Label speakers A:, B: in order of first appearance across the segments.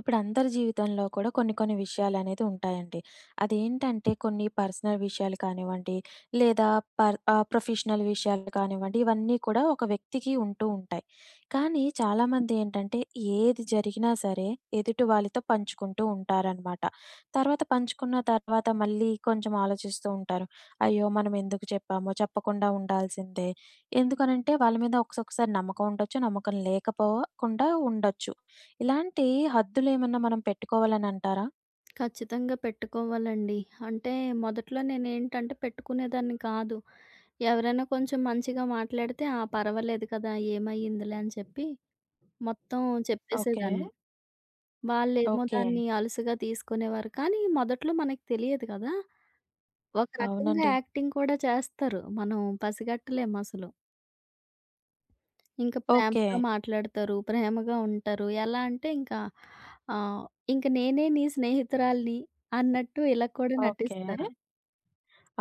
A: ఇప్పుడు అందరి జీవితంలో కూడా కొన్ని కొన్ని విషయాలనేది ఉంటాయండి. అదేంటంటే కొన్ని పర్సనల్ విషయాలు కానివ్వండి, లేదా ప్రొఫెషనల్ విషయాలు కానివ్వండి, ఇవన్నీ కూడా ఒక వ్యక్తికి ఉంటూ ఉంటాయి. కానీ చాలామంది ఏంటంటే ఏది జరిగినా సరే ఎదుటి వాళ్ళతో పంచుకుంటూ ఉంటారనమాట. తర్వాత పంచుకున్న తర్వాత మళ్ళీ కొంచెం ఆలోచిస్తూ ఉంటారు. అయ్యో! మనం ఎందుకు చెప్పామో చెప్పకుండా ఉండాల్సిందే. ఎందుకనంటే వాళ్ళ మీద ఒకసొకసారి నమ్మకం ఉండొచ్చు, నమ్మకం లేకపోకుండా ఉండొచ్చు. ఇలాంటి హద్దులేమన్నా మనం పెట్టుకోవాలనంటారా?
B: ఖచ్చితంగా పెట్టుకోవాలండి. అంటే మొదట్లో నేనేంటంటే పెట్టుకునేదాన్ని కాదు. ఎవరైనా కొంచెం మంచిగా మాట్లాడితే, "ఆ! పర్వాలేదు కదా! ఏమయ్యిందిలే" అని చెప్పి మొత్తం
A: ఓకే.
B: చెప్పేసేదాన్ని. వాళ్ళేమో
A: ఓకే.
B: దాన్ని అలుసుగా తీసుకునేవారు. కానీ మొదట్లో మనకు తెలియదు కదా! ఒక రకంగా
A: అవునండి.
B: యాక్టింగ్ కూడా చేస్తారు. మనం పసిగట్టలేమసలు. ఇంకా
A: ఓకే.
B: ప్రేమగా మాట్లాడతారు, ప్రేమగా ఉంటారు. ఎలా అంటే ఇంకా ఆహ్, "ఇంక నేనే నీ స్నేహితురాలిని" అన్నట్టు ఇలా కూడా
A: ఓకే.
B: నటిస్తారు.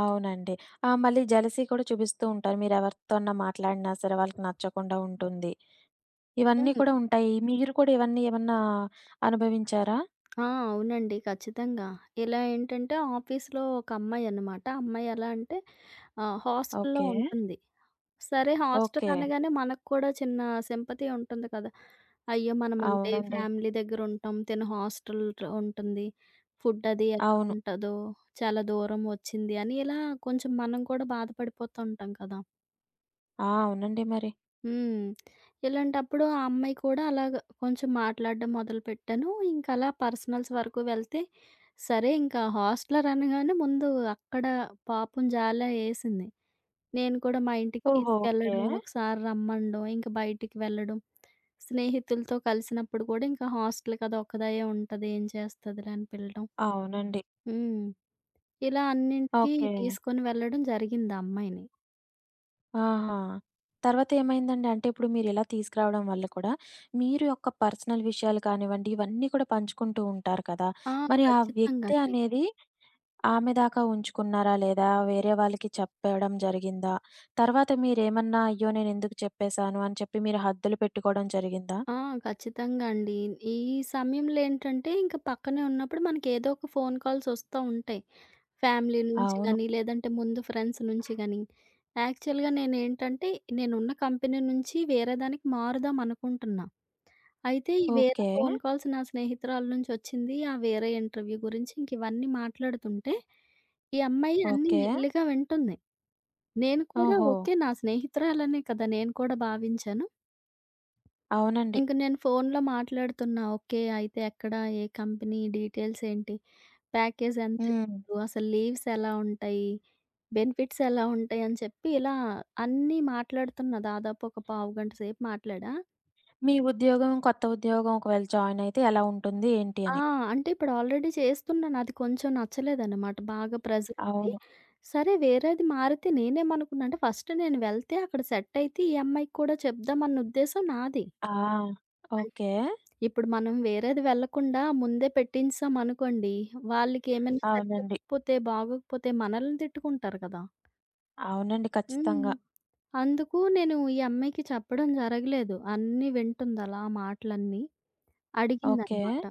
A: అవునండి. ఆ! మళ్ళీ జెలసీ కూడా చూపిస్తూ ఉంటారు. మీరెవరితోన్నా మాట్లాడినా సరే వాళ్ళకి నచ్చకుండా ఉంటుంది. ఇవన్నీ
B: హ్మ్.
A: కూడా ఉంటాయి. మీరు కూడా ఇవన్నీ ఏమన్నా అనుభవించారా?
B: ఆ! అవునండి. ఖచ్చితంగా. ఇలా ఏంటంటే ఆఫీస్‌లో ఒక అమ్మాయి అన్నమాట. ఆ అమ్మాయి ఎలా అంటే హాస్టల్‌లో
A: ఓకే.
B: ఉంటుంది. సరే హాస్టల్
A: ఓకే.
B: అనగానే మనకు కూడా చిన్న సింపతి ఉంటుంది కదా! అయ్యో! మనమంటే
A: అవునండి.
B: ఫ్యామిలీ దగ్గర ఉంటాం. తిను హాస్టల్ ఉంటుంది. ఫుడ్ అది ఎలా
A: అవును.
B: ఉంటదో, చాలా దూరం వచ్చింది అని ఇలా కొంచెం మనం కూడా బాధపడిపోతూ ఉంటాం కదా!
A: ఆ! అవునండి మరి.
B: హ్మ్. ఇలాంటప్పుడు ఆ అమ్మాయి కూడా అలాగ కొంచెం మాట్లాడడం మొదలుపెట్టాను. ఇంక అలా పర్సనల్స్ వరకు వెళ్తే, సరే ఇంకా హాస్టలర్ అనగానే ముందు అక్కడ పాపం జాల యేసింది. నేను కూడా మా ఇంటికి
A: ఓహో! ఓకే.
B: తీసుకెళ్ళడం, ఒకసారి రమ్మనడం, ఇంక బయటికి వెళ్ళడం. స్నేహితులతో కలిసినప్పుడు కూడా ఇంకా హాస్టల్ కదా! ఒక్కదాయే ఉంటది. ఏం చేస్తదిలే అని పిలడం.
A: అవునండి.
B: హ్మ్. ఇలా అన్నింటికి
A: ఓకే.
B: తీసుకొని వెళ్ళడం జరిగింది ఆ అమ్మాయిని.
A: ఆహా! తర్వాతేమైందండి? అంటే ఇప్పుడు మీరిలా తీసుకురావడం వల్ల కూడా, మీరు యొక్క పర్సనల్ విషయాలు కానివ్వండి, ఇవన్నీ కూడా పంచుకుంటూ ఉంటారు కదా!
B: ఆ!
A: మరి ఆ
B: ఖచ్చితంగా
A: వ్యక్తి
B: అండి.
A: అనేది ఆమె దాకా ఉంచుకున్నారా? లేదా వేరే వాళ్ళకి చెప్పడం జరిగిందా? తర్వాత మీరేమన్నా, "అయ్యో! నేనెందుకు చెప్పేశాను" అని చెప్పి మీరు హద్దులు పెట్టుకోవడం జరిగిందా?
B: ఆ! ఖచ్చితంగా అండి. ఈ సమయంలో ఏంటంటే, ఇంక పక్కనే ఉన్నప్పుడు మనకి ఏదో ఒక ఫోను కాల్స్ ఒస్తా ఉంటాయి. ఫ్యామిలీ నుంచి
A: అవును.
B: గాని, లేదంటే ముందు ఫ్రెండ్స్ నుంచి గాని. యాక్చువల్‌గా నేనేంటంటే, నేనున్న కంపెనీ నుంచి వేరే దానికి మారుదాం అనుకుంటున్నా. అయితే ఈ వేరే
A: ఓకే.
B: ఫోను కాల్స్ నా స్నేహితురాలు నుంచి ఒచ్చింది. ఆ వేరే ఇంటర్వ్యూ గురించి ఇంక ఇవన్నీ మాట్లాడుతుంటే, ఈ అమ్మాయి అన్నీ
A: ఓకే.
B: మెల్లిగా వింటుంది. నేను కూడా
A: ఓహో!
B: ఓకే. నా స్నేహితురాలనే కదా! నేను కూడా భావించాను.
A: అవునండి.
B: ఇంక నేను ఫోనులో మాట్లాడుతున్నా. ఓకే. అయితే ఎక్కడ? ఏ కంపెనీ? డీటెయిల్స్ ఏంటి? ప్యాకేజ్
A: హ్మ్.
B: ఎంతిస్తారు? అసలు లీవ్స్ ఎలా ఉంటాయి? బెనిఫిట్స్ ఎలా ఉంటాయి? అని చెప్పి ఇలా అన్నీ మాట్లాడుతున్నా. దాదాపు ఒక పావుగంట సేపు మాట్లాడా.
A: మీ ఉద్యోగం, కొత్త ఉద్యోగం ఒకవేళ జాయినయితే ఎలా ఉంటుంది? ఏంటి
B: ఆ!
A: అని.
B: అంటే ఇప్పుడు ఆల్రెడీ చేస్తున్నాను. అది కొంచెం నచ్చలేదనమాట. బాగా ప్రెజర్ ఉంది.
A: అవును.
B: సరే వేరేది మారితే నేనేమనుకున్నా అంటే ఫస్ట్ నేను వెళ్తే అక్కడ సెట్ అయితే ఈ అమ్మాయికి కూడా చెప్దామన్న ఉద్దేశం నాది.
A: ఆ!
B: అంటే
A: ఓకే.
B: ఇప్పుడు మనం వేరేది వెళ్ళకుండా ముందే పెట్టించామనుకోండి, వాళ్ళకేమైనా సెట్
A: అవునండి.
B: అవ్వకపోతే, బాగోకపోతే మనల్ని తిట్టుకుంటారు కదా!
A: అవునండి. ఖచ్చితంగా.
B: హ్మ్. అందుకు నేను ఈ అమ్మాయికి చెప్పడం జరగలేదు. అన్నీ వింటుందలా ఆ మాటలన్నీ.
A: ఓకే.
B: అడిగిందనమాట.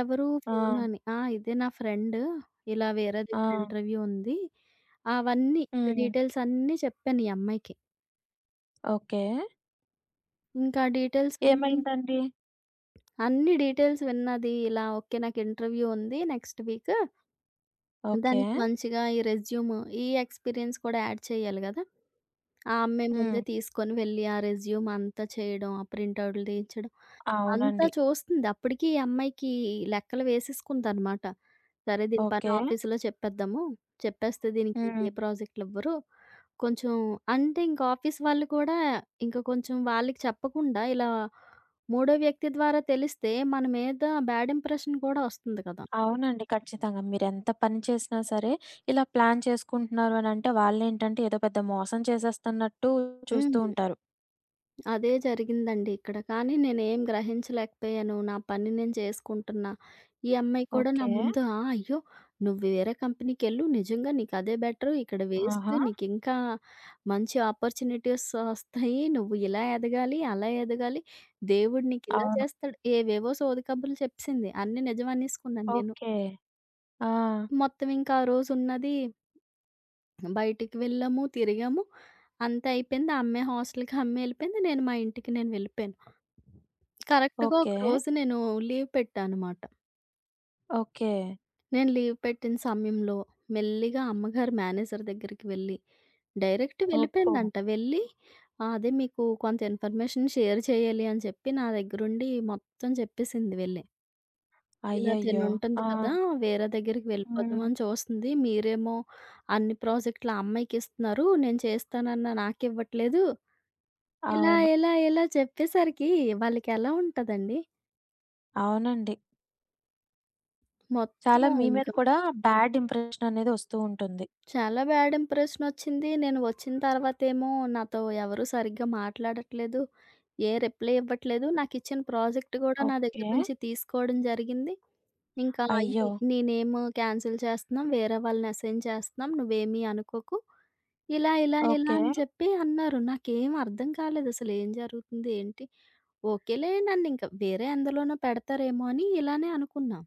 B: ఎవరు
A: ఆ!
B: ఫోన్ అని. ఆ! ఇదే నా ఫ్రెండ్. ఇలా వేరే
A: ఆ!
B: దగ్గర ఇంటర్వ్యూ ఉంది. అవన్నీ ఇంక
A: హ్మ్.
B: డీటెయిల్స్ అన్నీ చెప్పాను ఈ అమ్మాయికి.
A: ఓకే.
B: ఇంకా డీటెయిల్స్ అన్నీ,
A: ఏమైందండి?
B: అన్ని డీటెయిల్స్ విన్నది. ఇలా ఓకే నాకు ఇంటర్వ్యూ ఉంది నెక్స్ట్ వీక్
A: ఓకే.
B: దానికి మంచిగా ఈ రెజ్యూమ్, ఈ ఎక్స్‌పీరియన్స్ కూడా యాడ్ చేయాలి గదా! ఆ అమ్మాయి
A: హ్మ్.
B: ముందే తీసుకొని వెళ్లి ఆ రెజ్యూమ్ అంతా చేయడం, ఆ ప్రింటౌట్లు తీయించడం అంతా
A: అవునండి.
B: చూస్తుంది. అప్పటికి ఈ అమ్మాయికి లెక్కలు వేసేసుకుందనమాట. సరే దీని పని
A: ఓకే.
B: ఆఫీసులో చెప్పేద్దాము. చెప్పేస్తే దీనికి ఇంక
A: హ్మ్.
B: ఏ ప్రాజెక్ట్‌లివ్వరు. కొంచెం అంటే ఇంక ఆఫీస్ వాళ్ళు కూడా ఇంక కొంచెం వాళ్ళకి చెప్పకుండా ఇలా మూడో వ్యక్తి ద్వారా తెలిస్తే మన మీద బ్యాడ్ ఇంప్రెషన్ కూడా వస్తుంది కదా!
A: అవునండి. ఖచ్చితంగా. మీరెంత పని చేసినా సరే, ఇలా ప్లాన్ చేసుకుంటున్నారు అనంటే వాళ్ళేంటంటే ఏదో పెద్ద మోసం చేసేస్తున్నట్టు చూస్తూ
B: హ్మ్.
A: ఉంటారు.
B: అదే జరిగిందండి ఇక్కడ. కానీ నేనేం గ్రహించలేకపోయాను. నా పని నేను చేసుకుంటున్నా. ఈ అమ్మాయి కూడా నా
A: ఓకే.
B: ముందు ఆ! అయ్యో! నువ్వు వేరే కంపెనీకెళ్ళు. నిజంగా నీకదే బెటరు. ఇక్కడ వేస్ట్.
A: ఆహా!
B: నీకింకా మంచి ఆపర్చునిటీస్ వస్తాయి. నువ్వు ఇలా ఎదగాలి, అలా ఎదగాలి. దేవుడు నీకిలా
A: అవును.
B: చేస్తాడు. ఏవేవో సోది కబుర్లు చెప్పింది. అన్నీ నిజం అనేసుకున్నాను నేను.
A: ఓకే. ఆ!
B: మొత్తం ఇంకా ఆ రోజున్నది బయటికి వెళ్ళాము, తిరిగాము. అంతా అయిపోయింది. ఆ అమ్మాయి హాస్టల్‌కి ఆ అమ్మాయి ఎళ్ళిపోయింది. నేను మా ఇంటికి వెళ్ళిపోయాను. కరెక్ట్‌గా
A: ఓకే.
B: ఒకరోజు నేను లీవ్ పెట్టానమాట.
A: ఓకే.
B: నేను లీవ్ పెట్టిన సమయంలో మెల్లిగా అమ్మగారు మేనేజర్ దగ్గరికి వెళ్ళి డైరెక్ట్
A: అబ్బో!
B: వెళ్ళిపోయిందంట. వెళ్ళి అదే మీకు కొంత ఇన్ఫర్మేషన్ షేర్ చేయాలి అని చెప్పి నా దగ్గరుండి మొత్తం చెప్పేసింది వెళ్ళి. ఇలా
A: అయ్యయ్యో!
B: తినుంటుంది
A: ఆ!
B: కదా! వేరే దగ్గరికి
A: హ్మ్.
B: వెళ్ళిపోదామని చూస్తుంది. మీరేమో అన్ని ప్రాజెక్టులు ఆ అమ్మాయికిస్తున్నారు. నేను చేస్తానన్నా నాకివ్వట్లేదు. ఇలా,
A: అవును.
B: ఇలా, ఇలా చెప్పేసరికి వాళ్ళకెలా ఉంటదండి,
A: అవునండి.
B: మొత్తం
A: చాలా మీ మీద
B: ఇంకా
A: కూడా బ్యాడ్ ఇంప్రెషన్ అనేది వస్తూ ఉంటుంది.
B: చాలా బ్యాడ్ ఇంప్రెషనొచ్చింది. నేను వచ్చిన తర్వాతేమో నాతో ఎవరు సరిగ్గా మాట్లాడట్లేదు. ఏ రిప్లై ఇవ్వట్లేదు. నాకిచ్చిన ప్రాజెక్ట్ గూడా నా
A: ఓకే.
B: దగ్గర నుంచి తీసుకోవడం జరిగింది. ఇంకా
A: అయ్యో!
B: నేనేమో క్యాన్సిల్ చేస్తున్నాం. వేరే వాళ్ళని అసైన్ చేస్తున్నాం. నువ్వేమీ అనుకోకు. ఇలా, ఇలా, ఇలా
A: ఓకే.
B: అని చెప్పి అన్నారు. నాకేం అర్థం కాలేదసలు ఏం జరుగుతుంది? ఏంటి? ఓకేలే నన్నింక వేరే ఎందులోనో పెడతారేమో అని ఇలానే అనుకున్నా.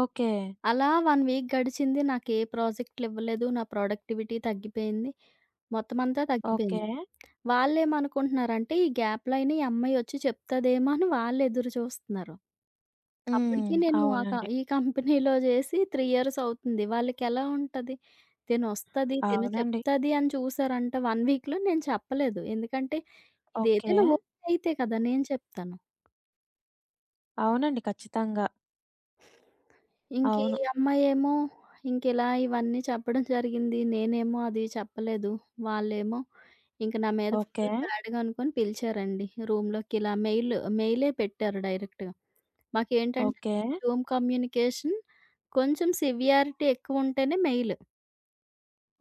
A: ఓకే.
B: అలా 1 వీక్ గడిచింది. నాకు ఏ ప్రాజెక్టులు ఇవ్వలేదు. నా ప్రొడక్టివిటీ తగ్గిపోయింది. మొత్తం అంతా
A: ఓకే.
B: తగ్గిపోయింది. వాళ్ళేమనుకుంటున్నారంటే ఈ గ్యాప్‌లో అయినా ఈ అమ్మాయి ఒచ్చి చెప్తదేమో అని వాళ్ళెదురు చూస్తున్నారు.
A: హ్మ్.
B: అప్పటికి నేను ఆ క
A: అవునండి.
B: ఈ కంపెనీలో జేసి 3 ఇయర్స్ అవుతుంది. వాళ్ళకెలా ఉంటది, తినొస్తది, తిను
A: అవునండి.
B: చెప్తది అని చూసారంట 1 వీక్‌లో నేను చెప్పలేదు. ఎందుకంటే
A: ఓకే.
B: ఇదేదైనా వర్క్ అయితే కదా! నేను చెప్తాను.
A: అవునండి. ఖచ్చితంగా.
B: ఇంక ఈ
A: అవును.
B: అమ్మాయేమో ఇంకిలా ఇవన్నీ చెప్పడం జరిగింది. నేనేమో అది చెప్పలేదు. వాళ్ళేమో ఇంక నా మీద
A: ఓకే.
B: ఫుల్ బ్యాడ్‌గా అనుకోని పిలిచారండి రూమ్‌లోకి. ఇలా మెయిలే పెట్టారు డైరెక్ట్‌గా. మాకేంటంటే
A: ఓకే.
B: జూమ్ కమ్యూనికేషన్ కొంచెం సివియారిటీ ఎక్కువుంటేనే మెయిల్.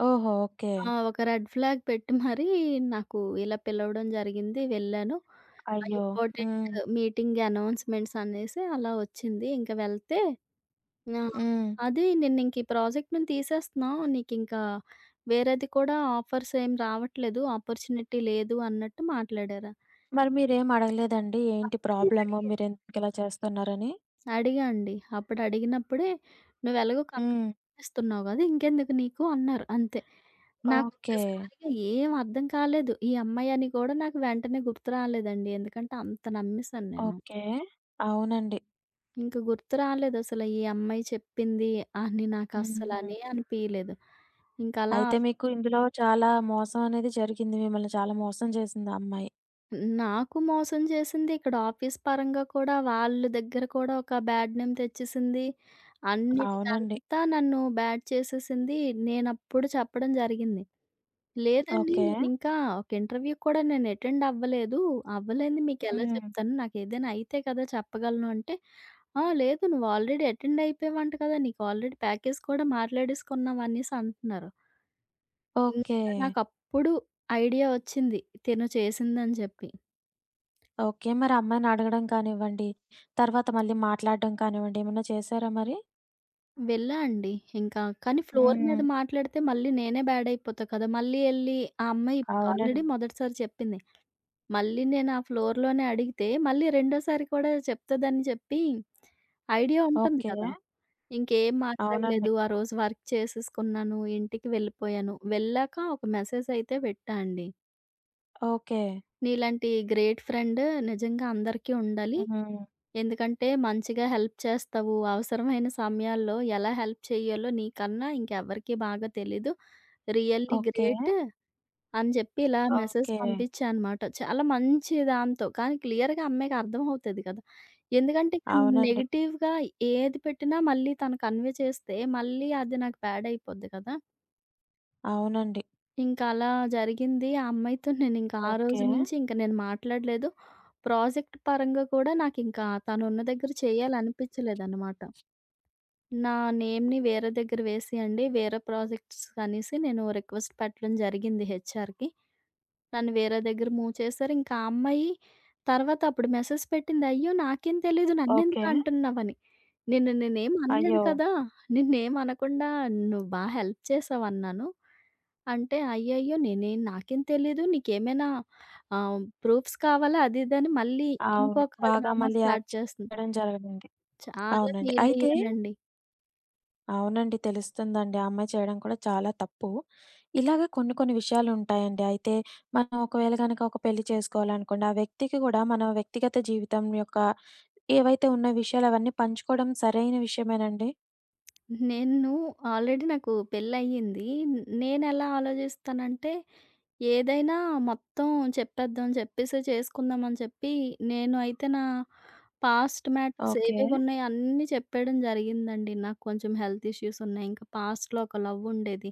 A: ఓహో! ఓకే.
B: ఆ! ఒక రెడ్ ఫ్లాగ్ పెట్టి మరీ నాకు ఇలా పిలవడం జరిగింది. వెళ్ళాను. ఆ
A: అయ్యో!
B: ఇంపార్టెంట్
A: హ్మ్.
B: మీటింగ్ అనౌన్స్‌మెంట్స్ అనేసి అలా వచ్చింది. ఇంక వెళ్తే ఆ!
A: హ్మ్.
B: "అది నిన్నింక ఈ ప్రాజెక్ట్ నుంచి తీసేస్తున్నాం. నీకింకా వేరేది కూడా ఆఫర్స్ ఏం రావట్లేదు. ఆపర్చునిటీ లేదు" అన్నట్టు మాట్లాడారు.
A: మరి మీరేం అడగలేదండి? ఏంటి
B: అప్పుడే
A: ప్రాబ్లము?
B: అడిగాను.
A: మీరెందుకిలా చేస్తున్నారని?
B: అడిగా అండి. అప్పుడడిగినప్పుడే "నువ్వెలాగో కంపెనీ
A: హ్మ్.
B: చేస్తున్నావు గదా! ఇంకెందుకు నీకు" అన్నారు అంతే.
A: ఓకే.
B: నాకొక్కసారిగా ఏం అర్థం కాలేదు. ఈ అమ్మాయి అని కూడా నాకు వెంటనే గుర్తు రాలేదండి. ఎందుకంటే అంత నమ్మేసాను నేను.
A: ఓకే. అవునండి.
B: ఇంక గుర్తు రాలేదసల ఈ అమ్మాయి చెప్పింది అని
A: హ్మ్.
B: నాకస్సలని అనిపియలేదు. ఇంకలా
A: అయితే మీకు ఇందులో చాలా మోసం అనేది జరిగింది. మిమ్మల్ని చాలా మోసం చేసింది ఆ అమ్మాయి.
B: నాకు మోసం చేసింది. ఇక్కడ ఆఫీస్ పరంగా కూడా వాళ్ళ దగ్గర కూడా ఒక బ్యాడ్ నేమ్ తెచ్చేసింది.
A: అవునండి.
B: అన్నిటికంతా నన్ను బ్యాడ్ చేసేసింది. నేనప్పుడు చెప్పడం జరిగింది. లేదండి
A: ఓకే.
B: నేనింకా ఒక ఇంటర్వ్యూకి కూడా నేను అటెండ్ అవ్వలేదు. అవ్వలేనిది మీకెలా
A: హ్మ్.
B: చెప్తాను? నాకేదైనా అయితే కదా చెప్పగలను అంటే, "ఆ! లేదు నువ్వు ఆల్రెడీ అటెండ్ అయిపోయావంట కదా! నీకు ఆల్రెడీ ప్యాకేజ్ కూడా మాట్లాడేసుకున్నాం" అనేసి అంటున్నారు.
A: ఓకే.
B: ఇంకా నాకప్పుడు ఐడియా వచ్చింది తిను చేసిందని చెప్పి.
A: ఓకే. మరి అమ్మాయిని అడగడం కానివ్వండి, తర్వాత మళ్ళీ మాట్లాడడం కానివ్వండి, ఏమన్నా చేశారా మరి?
B: వెళ్ళా అండి. ఇంకా కానీ ఫ్లోర్
A: హ్మ్.
B: మీద మాట్లాడితే మళ్ళీ నేనే బ్యాడ్ అయిపోతా కదా! మళ్ళీ ఎళ్లి ఆ అమ్మాయి ఇప్పుడు ఆల్రెడీ
A: అవునండి.
B: మొదటిసారి చెప్పింది. మళ్ళీ నేను ఆ ఫ్లోర్‌లోనే అడిగితే మళ్ళీ రెండోసారి కూడా చెప్తదని చెప్పి ఐడియా ఉంటుంది
A: ఓకే.
B: కదా! ఇంకేం
A: అవునండి.
B: మాట్లాడలేదు. ఆ రోజు వర్క్ చేసేసుకున్నాను. ఇంటికి వెళ్ళిపోయాను. వెళ్ళాక ఒక మెసేజ్ అయితే పెట్టా అండి.
A: ఓకే.
B: "నీలాంటి గ్రేట్ ఫ్రెండ్ నిజంగా అందరికీ ఉండాలి.
A: హ్మ్.
B: ఎందుకంటే మంచిగా హెల్ప్ చేస్తావు. అవసరమైన సమయాల్లో ఎలా హెల్ప్ చేయాలో నీకన్నా ఇంకెవ్వరికీ బాగా తెలీదు. Really
A: okay.
B: గ్రేట్ అని జెప్పి ఇలా మెసేజ్
A: ఓకే.
B: పంపించా అనమాట. చాలా మంచి దాంతో. కానీ క్లియర్‌గా అమ్మాయికి అర్థమవుతది కదా! ఎందుకంటే ఇక్కడ
A: అవునండి.
B: నెగెటివ్‌గా ఏది పెట్టినా మళ్ళీ తను కన్వే చేస్తే మళ్ళీ అది నాకు బ్యాడ్ అయిపోద్ది కదా!
A: అవునండి.
B: ఇంకా అలా జరిగింది. ఆ అమ్మాయితో నేనింక ఆ రోజు
A: ఓకే.
B: నుంచి ఇంక నేను మాట్లాడలేదు. ప్రాజెక్ట్ పరంగా కూడా నాకింకా తనున్న దగ్గర చేయాలనిపిచ్చలేదనమాట. నా నేమ్‌ని వేరే దగ్గర వేసేయండి, వేరే ప్రాజెక్ట్స్ అనేసి నేను రిక్వెస్ట్ పెట్టడం జరిగింది హెచ్‌ఆర్‌కి. నన్ను వేరే దగ్గర మూవ్ చేశారు. ఇంకా ఆ అమ్మాయి తర్వాత అప్పుడు మెసేజ్ పెట్టింది. అయ్యో! నాకేం తెలీదు
A: ఓకే.
B: నన్నెందుకంటున్నావని. నిన్ను నేనేం అనలేదు
A: అయ్యో!
B: కదా! నిన్నేం అనకుండా నువ్వు బా హెల్ప్ చేశావన్నాను. అంటే, అయ్యయ్యో! నాకేం తెలీదు. నీకేమైనా ఆహ్, ప్రూఫ్స్ కావాలా? అది ఇదని మళ్ళీ
A: అవును.
B: ఇంకొక
A: బాగా
B: డ్రామా
A: మళ్ళీ
B: స్టార్ట్
A: యాక్ట్
B: చేస్తుంది.
A: చేయడం జరిగింది.
B: చాలా
A: అవునండి. అయితే
B: ఫీలయ్యానండి.
A: అవునండి. తెలుస్తుందండి. ఆ అమ్మాయి చేయడం కూడా చాలా తప్పు. ఇలాగ కొన్ని కొన్ని విషయాలుంటాయండి. అయితే మనం ఒకవేళ గనక ఒక పెళ్లి చేసుకోవాలనుకోండి, ఆ వ్యక్తికి కూడా మన వ్యక్తిగత జీవితం యొక్క ఏవైతే ఉన్న విషయాలు అవన్నీ పంచుకోవడం సరైన విషయమేనండి?
B: నేను ఆల్రెడీ నాకు పెళ్లయింది. నేనెలా ఆలోచిస్తానంటే, ఏదైనా మొత్తం చెప్పేద్దాం, చెప్పేసి చేసుకుందాం అని చెప్పి, నేను అయితే నా పాస్ట్ మ్యాటర్స్
A: ఓకే.
B: ఏవేవి ఉన్నాయో అన్నీ చెప్పేయడం జరిగిందండి. నాకు కొంచెం హెల్త్ ఇష్యూస్ ఉన్నాయి. ఇంకా పాస్ట్‌లో ఒక లవ్ ఉండేది.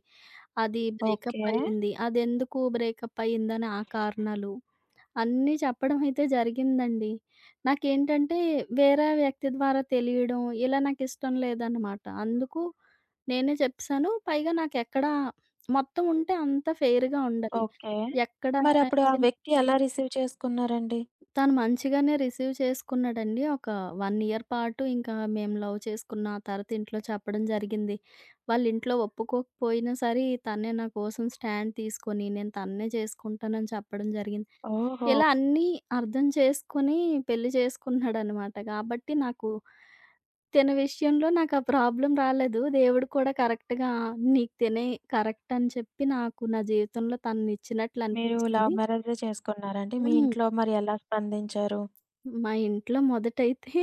B: అది బ్రేకప్
A: ఓకే.
B: అయింది. అదెందుకు బ్రేకప్ అయిందని ఆ కారణాలు, అన్నీ చెప్పడం అయితే జరిగిందండి. నాకేంటంటే వేరే వ్యక్తి ద్వారా తెలియడం, ఇలా నాకిష్టం లేదనమాట. అందుకు నేనే చెప్పేసాను. పైగా నాకెక్కడ మొత్తం ఉంటే అంతా ఫెయిర్‌గా ఉండాలి.
A: ఓకే.
B: ఎక్కడ
A: మరప్పుడు ఆ
B: చిన్న
A: వ్యక్తి ఎలా రిసీవ్ చేసుకున్నారండి?
B: తను మంచిగానే రిసీవ్ చేసుకున్నాడండి. ఒక 1 ఇయర్ పాటు ఇంకా మేము లవ్ చేసుకున్న ఆ తర్వాత ఇంట్లో చెప్పడం జరిగింది. వాళ్ళింట్లో ఒప్పుకోకపోయినా సరే, తనే నా కోసం స్టాండ్ తీసుకొని, నేను తననే చేసుకుంటానని చెప్పడం జరిగింది.
A: ఓహో!
B: ఇలా అన్నీ అర్థం చేసుకొని పెళ్లి చేసుకున్నాడనమాట. కాబట్టి నాకు తిన విషయంలో నాకు ఆ ప్రాబ్లమ్ రాలేదు. దేవుడు కూడా కరెక్ట్‌గా "నీకు తినే కరెక్ట్" అని చెప్పి నాకు నా జీవితంలో తననిచ్చినట్లు
A: మీరు లవ్
B: అనిపించింది.
A: మ్యారేజే చేసుకున్నారండి? మీ
B: హ్మ్.
A: ఇంట్లో మరి ఎలా స్పందించారు?
B: మా ఇంట్లో మొదటైతే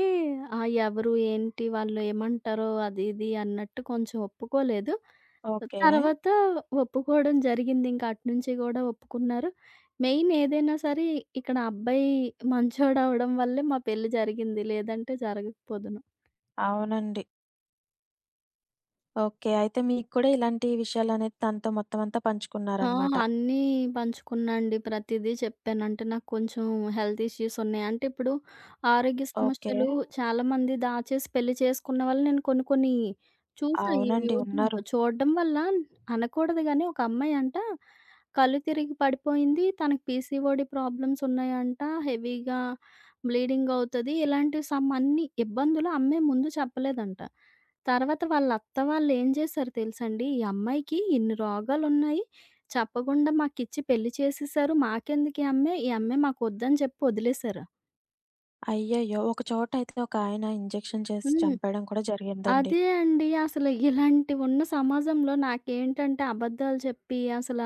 B: ఆ! ఎవరు, ఏంటి, వాళ్ళు ఏమంటారో అది ఇది అన్నట్టు కొంచెం ఒప్పుకోలేదు.
A: ఓకే.
B: తర్వాత ఒప్పుకోవడం జరిగింది. ఇంక అటునుంచి గూడా ఒప్పుకున్నారు. మెయిన్ ఏదైనా సరే ఇక్కడ అబ్బాయి మంచోడవ్వడం వల్లే మా పెళ్లి జరిగింది. లేదంటే జరగకపోదును.
A: అవునండి. ఓకే. అయితే మీకు కూడా ఇలాంటి విషయాలనేది తనతో మొత్తం అంతా
B: ఆ!
A: పంచుకున్నారనమాట.
B: అన్నీ పంచుకున్నా అండి. ప్రతిదీ చెప్పాను. అంటే నాకు కొంచెం హెల్త్ ఇష్యూస్ ఉన్నాయి. అంటే ఇప్పుడు ఆరోగ్య
A: ఓకే.
B: సమస్యలు చాలామంది దాచేసి పెళ్లి చేసుకున్న వాళ్ళు నేను కొన్ని కొన్ని చూసా ఈ
A: అవునండి. ఉన్నారు.
B: యూట్యూబ్‌లో. చూడడం వల్ల అనకూడదు గానీ ఒక అమ్మాయి అంట కళ్ళు తిరిగి పడిపోయింది. తనకి పీసీఓడీ ప్రాబ్లమ్స్ ఉన్నాయంట. హెవీగా బ్లీడింగ్ అవుతది. ఇలాంటివి సమ్ అన్ని ఇబ్బందులు ఆ అమ్మాయి ముందు చెప్పలేదంట. తర్వాత వాళ్ళ అత్త వాళ్ళు ఏం చేశారు తెలుసండి? ఈ అమ్మాయికి ఇన్ని రోగాలున్నాయి చెప్పకుండా మాకిచ్చి పెళ్లి చేసేసారు. మాకెందుకీ అమ్మాయి? ఈ అమ్మాయి మాకొద్దని చెప్పి వదిలేసారు.
A: అయ్యయ్యో! ఒక చోటయితే ఒకాయన ఇంజెక్షన్ చేసి
B: హ్మ్.
A: చంపేయడం కూడా జరిగిందండి.
B: అదే అండి. అసలు ఇలాంటివున్న సమాజంలో నాకేంటంటే అబద్ధాలు చెప్పి అసల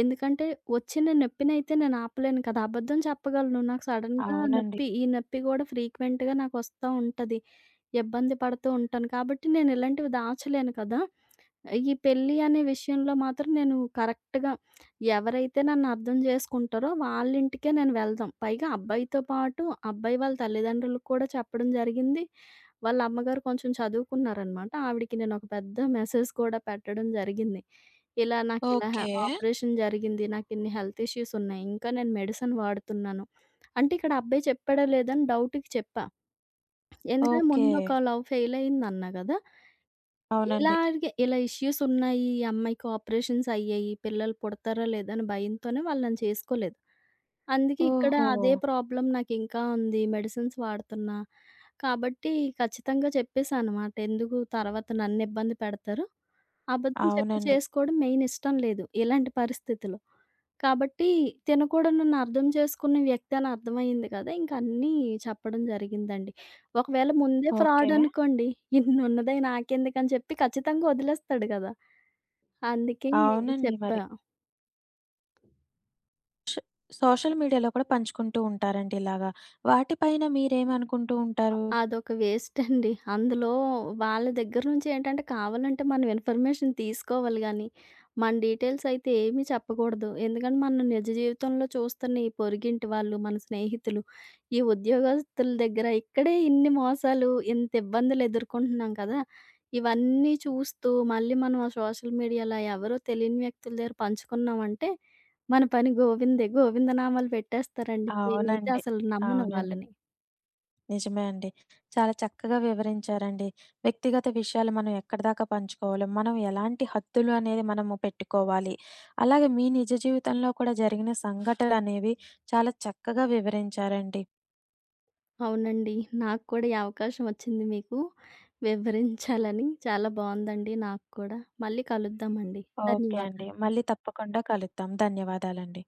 B: ఎందుకంటే వచ్చిన నొప్పినైతే నేను ఆపలేను కదా! అబద్ధం చెప్పగలను. నాకు సడెన్‌గా
A: అవునండి.
B: ఈ నొప్పి గూడా ఫ్రీక్వెంట్‌గా నాకొస్తా ఉంటది. ఇబ్బంది పడుతూ ఉంటాను. కాబట్టి నేను ఇలాంటివి దాచలేను కదా! ఈ పెళ్లి అనే విషయంలో మాత్రం నేను కరెక్ట్‌గా ఎవరైతే నన్ను అర్థం చేసుకుంటారో వాళ్ళింటికే నేను వెళ్దాం. పైగా అబ్బాయితో పాటు అబ్బాయి వాళ్ళ తల్లిదండ్రులకు కూడా చెప్పడం జరిగింది. వాళ్ళ అమ్మగారు కొంచెం చదువుకున్నారనమాట. ఆవిడకి నేనొక పెద్ద మెసేజ్ కూడా పెట్టడం జరిగింది. ఇలా నాకిలా
A: ఓకే.
B: ఆపరేషన్ జరిగింది. నాకిన్ని హెల్త్ ఇష్యూస్ ఉన్నాయి. ఇంకా నేను మెడిసిన్ వాడుతున్నాను. అంటే ఇక్కడ అబ్బాయి చెప్పాడా లేదా అని డౌట్‌కి చెప్పా. ఎందుకంటే
A: ఓకే.
B: ముందు ఒక లవ్ ఫెయిల్ అయిందన్నా గదా!
A: అవునండి.
B: ఇలాగే ఇలా ఇష్యూస్ ఉన్నాయి. ఈ అమ్మాయికి ఆపరేషన్స్ అయ్యాయి. పిల్లలు పుడతారా లేదా అని భయంతోనే వాళ్ళు నన్ను చేసుకోలేదు. అందుకే ఇక్కడ
A: ఓహో!
B: అదే ప్రాబ్లమ్ నాకింకా ఉంది. మెడిసిన్స్ వాడుతున్నా. కాబట్టి ఖచ్చితంగా చెప్పేసానమాట. ఎందుకు తర్వాత నన్నిబ్బంది పెడతారు. అబద్ధం చెప్పి
A: అవునండి.
B: చేసుకోవడం మెయిన్ ఇష్టం లేదు ఇలాంటి పరిస్థితిలో. కాబట్టి తిను కూడా నన్నర్థం చేసుకున్న వ్యక్తి అని అర్థమయింది కదా! ఇంక అన్నీ చెప్పడం జరిగిందండి. ఒకవేళ ముందే
A: ఓకే.
B: ఫ్రాడ్ అనుకోండి, ఇన్నున్నదే నాకెందుకని చెప్పి ఖచ్చితంగా వదిలేస్తాడు గదా! అందుకే
A: అవునండి
B: చెప్పా.
A: మరి. సోషల్ మీడియాలో కూడా పంచుకుంటూ ఉంటారండి ఇలాగా. వాటిపైన మీరేమనుకుంటూ ఉంటారు?
B: అదొక వేస్టండి. అందులో వాళ్ళ దగ్గర నుంచి ఏంటంటే కావాలంటే మనం ఇన్ఫర్మేషన్ తీసుకోవాలి గానీ, మన డీటెయిల్స్ అయితే ఏమీ చెప్పకూడదు. ఎందుకంటే మనం నిజ జీవితంలో చూస్తున్న ఈ పొరుగింటి వాళ్ళు, మన స్నేహితులు, ఈ ఉద్యోగస్తుల దగ్గర ఇక్కడే ఇన్ని మోసాలు, ఇంత ఇబ్బందులు ఎదుర్కొంటున్నాం కదా! ఇవన్నీ చూస్తూ మళ్ళీ మనం ఆ సోషల్ మీడియాలో ఎవరో తెలియని వ్యక్తుల దగ్గర పంచుకున్నామంటే, మన పని గోవిందే. గోవిందనామాలు పెట్టేస్తారండి. నేనైతే
A: అవునండి.
B: అసలు నమ్మను
A: అవునండి.
B: వాళ్ళని.
A: నిజమే అండి. చాలా చక్కగా వివరించారండి. వ్యక్తిగత విషయాలు మనం ఎక్కడిదాకా పంచుకోవాలో, మనం ఎలాంటి హద్దులు అనేది మనము పెట్టుకోవాలి. అలాగే మీ నిజ జీవితంలో కూడా జరిగిన సంఘటనలనేవి చాలా చక్కగా వివరించారండి.
B: అవునండి. నాకు కూడా ఈ అవకాశం వచ్చింది మీకు వివరించాలని. చాలా బావుందండి నాకు కూడా. మళ్ళీ కలుద్దామండి.
A: ఓకే అండి.
B: ధన్యవాదాలు.
A: మళ్ళీ తప్పకుండా కలుద్దాం. ధన్యవాదాలండి.